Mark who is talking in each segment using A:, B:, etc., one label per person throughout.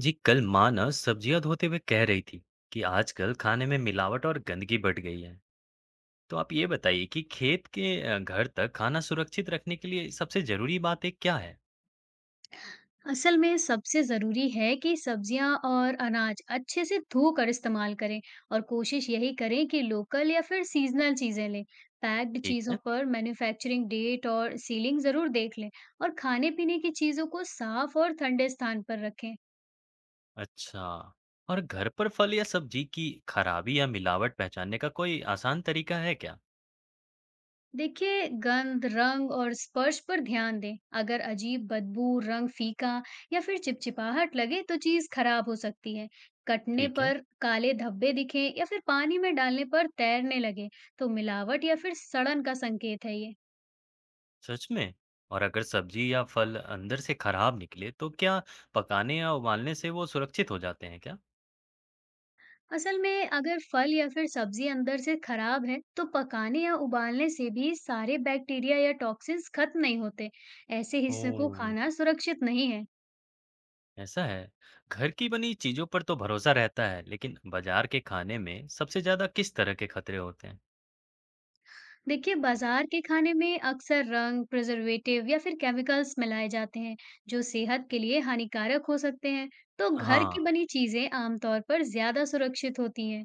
A: जी, कल माँ ना सब्जियां धोते हुए कह रही थी कि आजकल खाने में मिलावट और गंदगी बढ़ गई है। तो आप ये बताइए कि खेत के घर तक खाना सुरक्षित रखने के लिए सबसे जरूरी बातें क्या है।
B: असल में सबसे ज़रूरी है कि सब्जियां और अनाज अच्छे से धोकर इस्तेमाल करें और कोशिश यही करें कि लोकल या फिर सीजनल चीज़ें लें। पैक्ड
A: ठीक
B: चीज़ों
A: है।
B: पर मैन्युफैक्चरिंग डेट और सीलिंग ज़रूर देख लें और खाने पीने की चीज़ों को साफ और ठंडे स्थान पर रखें।
A: अच्छा। और घर पर फल या सब्जी की खराबी या मिलावट पहचानने का कोई आसान तरीका है क्या?
B: देखिए, गंध, रंग और स्पर्श पर ध्यान दें। अगर अजीब बदबू, रंग फीका या फिर चिपचिपाहट लगे तो चीज खराब हो सकती है। कटने
A: ठीक है।
B: पर काले धब्बे दिखें या फिर पानी में डालने पर तैरने लगे तो मिलावट या फिर सड़न का संकेत है ये।
A: सच में? और अगर सब्जी या फल अंदर से खराब निकले तो क्या पकाने या उबालने से वो सुरक्षित हो जाते हैं क्या?
B: असल में अगर फल या फिर सब्जी अंदर से खराब है तो पकाने या उबालने से भी सारे बैक्टीरिया या टॉक्सिन्स खत्म नहीं होते। ऐसे
A: ओ,
B: हिस्से को खाना सुरक्षित नहीं है।
A: ऐसा है। घर की बनी चीजों पर तो भरोसा रहता है, लेकिन बाजार के खाने में सबसे ज्यादा किस तरह के खतरे होते हैं?
B: देखिए, बाज़ार के खाने में अक्सर रंग, प्रिजर्वेटिव या फिर केमिकल्स मिलाए जाते हैं, जो सेहत के लिए हानिकारक हो सकते हैं। तो घर
A: हाँ,
B: की बनी चीज़ें आमतौर पर ज़्यादा सुरक्षित होती हैं।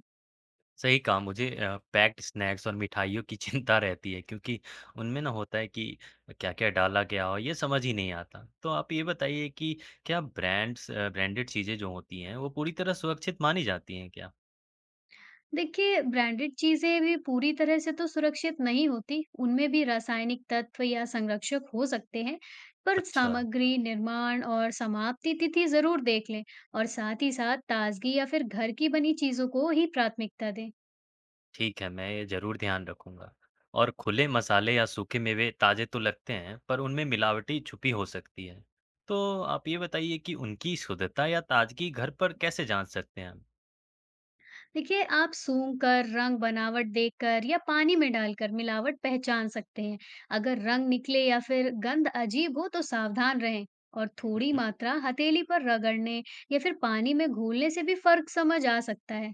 A: सही कहा। मुझे पैक्ड स्नैक्स और मिठाइयों की चिंता रहती है क्योंकि उनमें ना होता है कि क्या क्या डाला गया हो, ये समझ ही नहीं आता। तो आप ये बताइए कि क्या ब्रांड्स ब्रांडेड चीजें जो होती हैं वो पूरी तरह सुरक्षित मानी जाती हैं क्या?
B: देखिए, ब्रांडेड चीज़ें भी पूरी तरह से तो सुरक्षित नहीं होती, उनमें भी रासायनिक तत्व या संरक्षक हो सकते हैं। पर
A: अच्छा।
B: सामग्री, निर्माण और समाप्ति तिथि ज़रूर देख लें और साथ ही साथ ताज़गी या फिर घर की बनी चीज़ों को ही प्राथमिकता दें।
A: ठीक है, मैं ये ज़रूर ध्यान रखूँगा। और खुले मसाले या सूखे मेवे ताज़े तो लगते हैं, पर उनमें मिलावटी छुपी हो सकती है। तो आप ये बताइए कि उनकी शुद्धता या ताज़गी घर पर कैसे जाँच सकते हैं हम?
B: देखिए, आप सूंघ कर, रंग बनावट देखकर या पानी में डालकर मिलावट पहचान सकते हैं। अगर रंग निकले या फिर गंध अजीब हो तो सावधान रहें और
A: हुँ,
B: थोड़ी
A: हुँ।
B: मात्रा हथेली पर रगड़ने या फिर पानी में घोलने से भी फर्क समझ आ सकता है।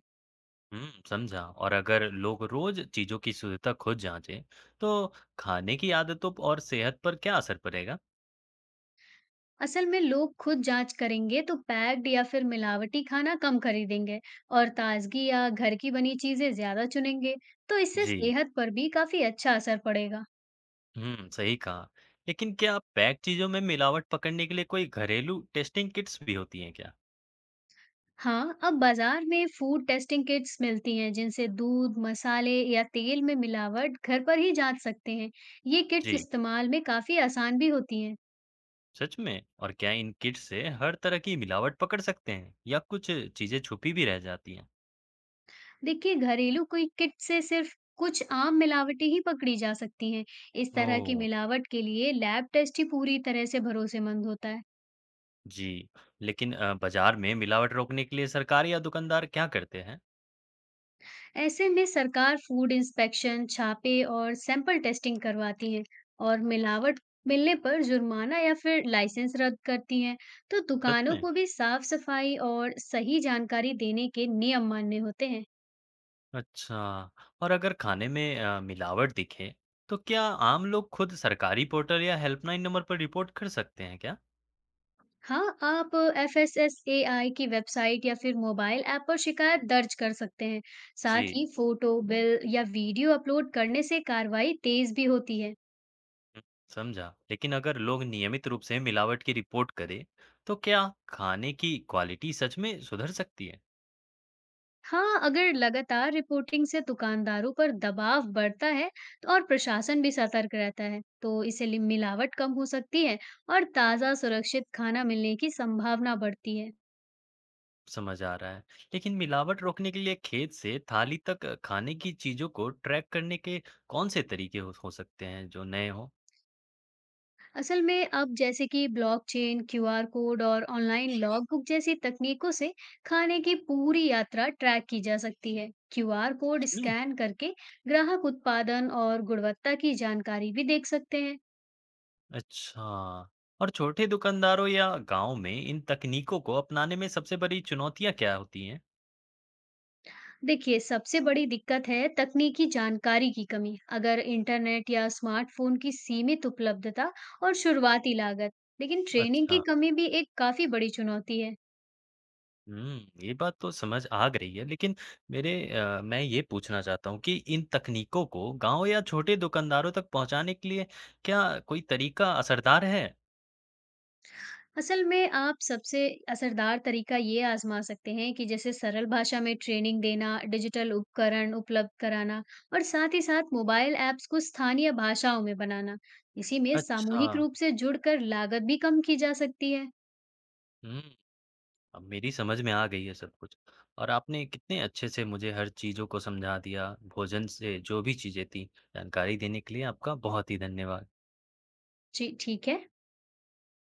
A: हुँ, समझा। और अगर लोग रोज़ चीज़ों की शुद्धता खुद जाँचें, तो खाने की और सेहत पर क्या असर पड़ेगा?
B: असल में लोग खुद जांच करेंगे तो पैक्ड या फिर मिलावटी खाना कम खरीदेंगे और ताजगी या घर की बनी चीजें ज्यादा चुनेंगे, तो इससे
A: जी।
B: सेहत पर भी काफी अच्छा असर पड़ेगा।
A: हुँ, सही कहा। लेकिन क्या पैक चीज़ों में मिलावट पकड़ने के लिए कोई घरेलू टेस्टिंग किट्स भी होती हैं क्या?
B: हाँ, अब बाजार में फूड टेस्टिंग किट्स मिलती हैं, जिनसे दूध, मसाले या तेल में मिलावट घर पर ही जांच सकते हैं। ये किट्स
A: जी।
B: इस्तेमाल में काफी आसान भी होती हैं।
A: सच में? और क्या इन किट से हर तरह की मिलावट पकड़ सकते हैं या कुछ चीज़ें छुपी भी रह जाती हैं?
B: देखिए, घरेलू कोई किट से सिर्फ कुछ आम मिलावटें ही पकड़ी जा सकती हैं। इस तरह की
A: ओह!
B: मिलावट के लिए लैब टेस्ट ही पूरी तरह से भरोसेमंद होता है।
A: जी, लेकिन बाज़ार में मिलावट रोकने के लिए सरकार या दुकानदार क्या करते हैं?
B: ऐसे में सरकार फूड इंस्पेक्शन, छापे और सैंपल टेस्टिंग करवाती है और मिलावट मिलने पर जुर्माना या फिर लाइसेंस रद्द करती हैं। तो
A: सच
B: दुकानों
A: में?
B: को भी साफ सफाई और सही जानकारी देने के नियम मानने होते हैं।
A: अच्छा, और अगर खाने में मिलावट दिखे, तो क्या आम लोग खुद सरकारी पोर्टल या हेल्पलाइन नंबर पर रिपोर्ट कर सकते हैं क्या?
B: हाँ, आप एफएसएसएआई की वेबसाइट या फिर मोबाइल ऐप पर शिकायत दर्ज कर सकते हैं। साथ ही
A: जी,
B: फोटो, बिल या वीडियो अपलोड करने से कार्रवाई तेज भी होती है।
A: समझा। लेकिन अगर लोग नियमित रूप से मिलावट की रिपोर्ट करें, तो क्या खाने की क्वालिटी सच में सुधर सकती है?
B: हाँ, अगर लगातार रिपोर्टिंग से दुकानदारों पर दबाव बढ़ता है तो और प्रशासन भी सतर्क रहता है, तो इससे मिलावट कम हो सकती है और ताज़ा सुरक्षित खाना मिलने की संभावना बढ़ती है।
A: समझ आ रहा है। लेकिन मिलावट रोकने के लिए खेत से थाली तक खाने की चीज़ों को ट्रैक करने के कौन से तरीके हो सकते हैं जो नए हों?
B: असल में अब जैसे कि ब्लॉकचेन, क्यूआर कोड और ऑनलाइन लॉगबुक जैसी तकनीकों से खाने की पूरी यात्रा ट्रैक की जा सकती है। क्यूआर कोड
A: सच में?
B: स्कैन करके ग्राहक उत्पादन और गुणवत्ता की जानकारी भी देख सकते हैं।
A: अच्छा। और छोटे दुकानदारों या गांव में इन तकनीकों को अपनाने में सबसे बड़ी चुनौतियां क्या होती हैं?
B: देखिए, सबसे बड़ी दिक्कत है तकनीकी जानकारी की कमी। अगर इंटरनेट या स्मार्टफ़ोन की सीमित उपलब्धता और शुरुआती लागत, लेकिन ट्रेनिंग की
A: अच्छा।
B: कमी भी एक काफ़ी बड़ी चुनौती है।
A: हम्म, ये बात तो समझ आ रही है, लेकिन मैं ये पूछना चाहता हूँ कि इन तकनीकों को गांव या छोटे दुकानदारों तक पहुंचाने के लिए क्या कोई तरीका असरदार है?
B: असल में आप सबसे असरदार तरीका ये आज़मा सकते हैं कि जैसे सरल भाषा में ट्रेनिंग देना, डिजिटल उपकरण उपलब्ध कराना और साथ ही साथ मोबाइल ऐप्स को स्थानीय भाषाओं में बनाना। इसी में
A: अच्छा।
B: सामूहिक रूप से जुड़कर लागत भी कम की जा सकती है।
A: हम्म, अब मेरी समझ में आ गई है सब कुछ। और आपने कितने अच्छे से मुझे हर चीज़ों को समझा दिया। भोजन से जो भी चीज़ें थी, जानकारी देने के लिए आपका बहुत ही धन्यवाद।
B: जी, ठीक है?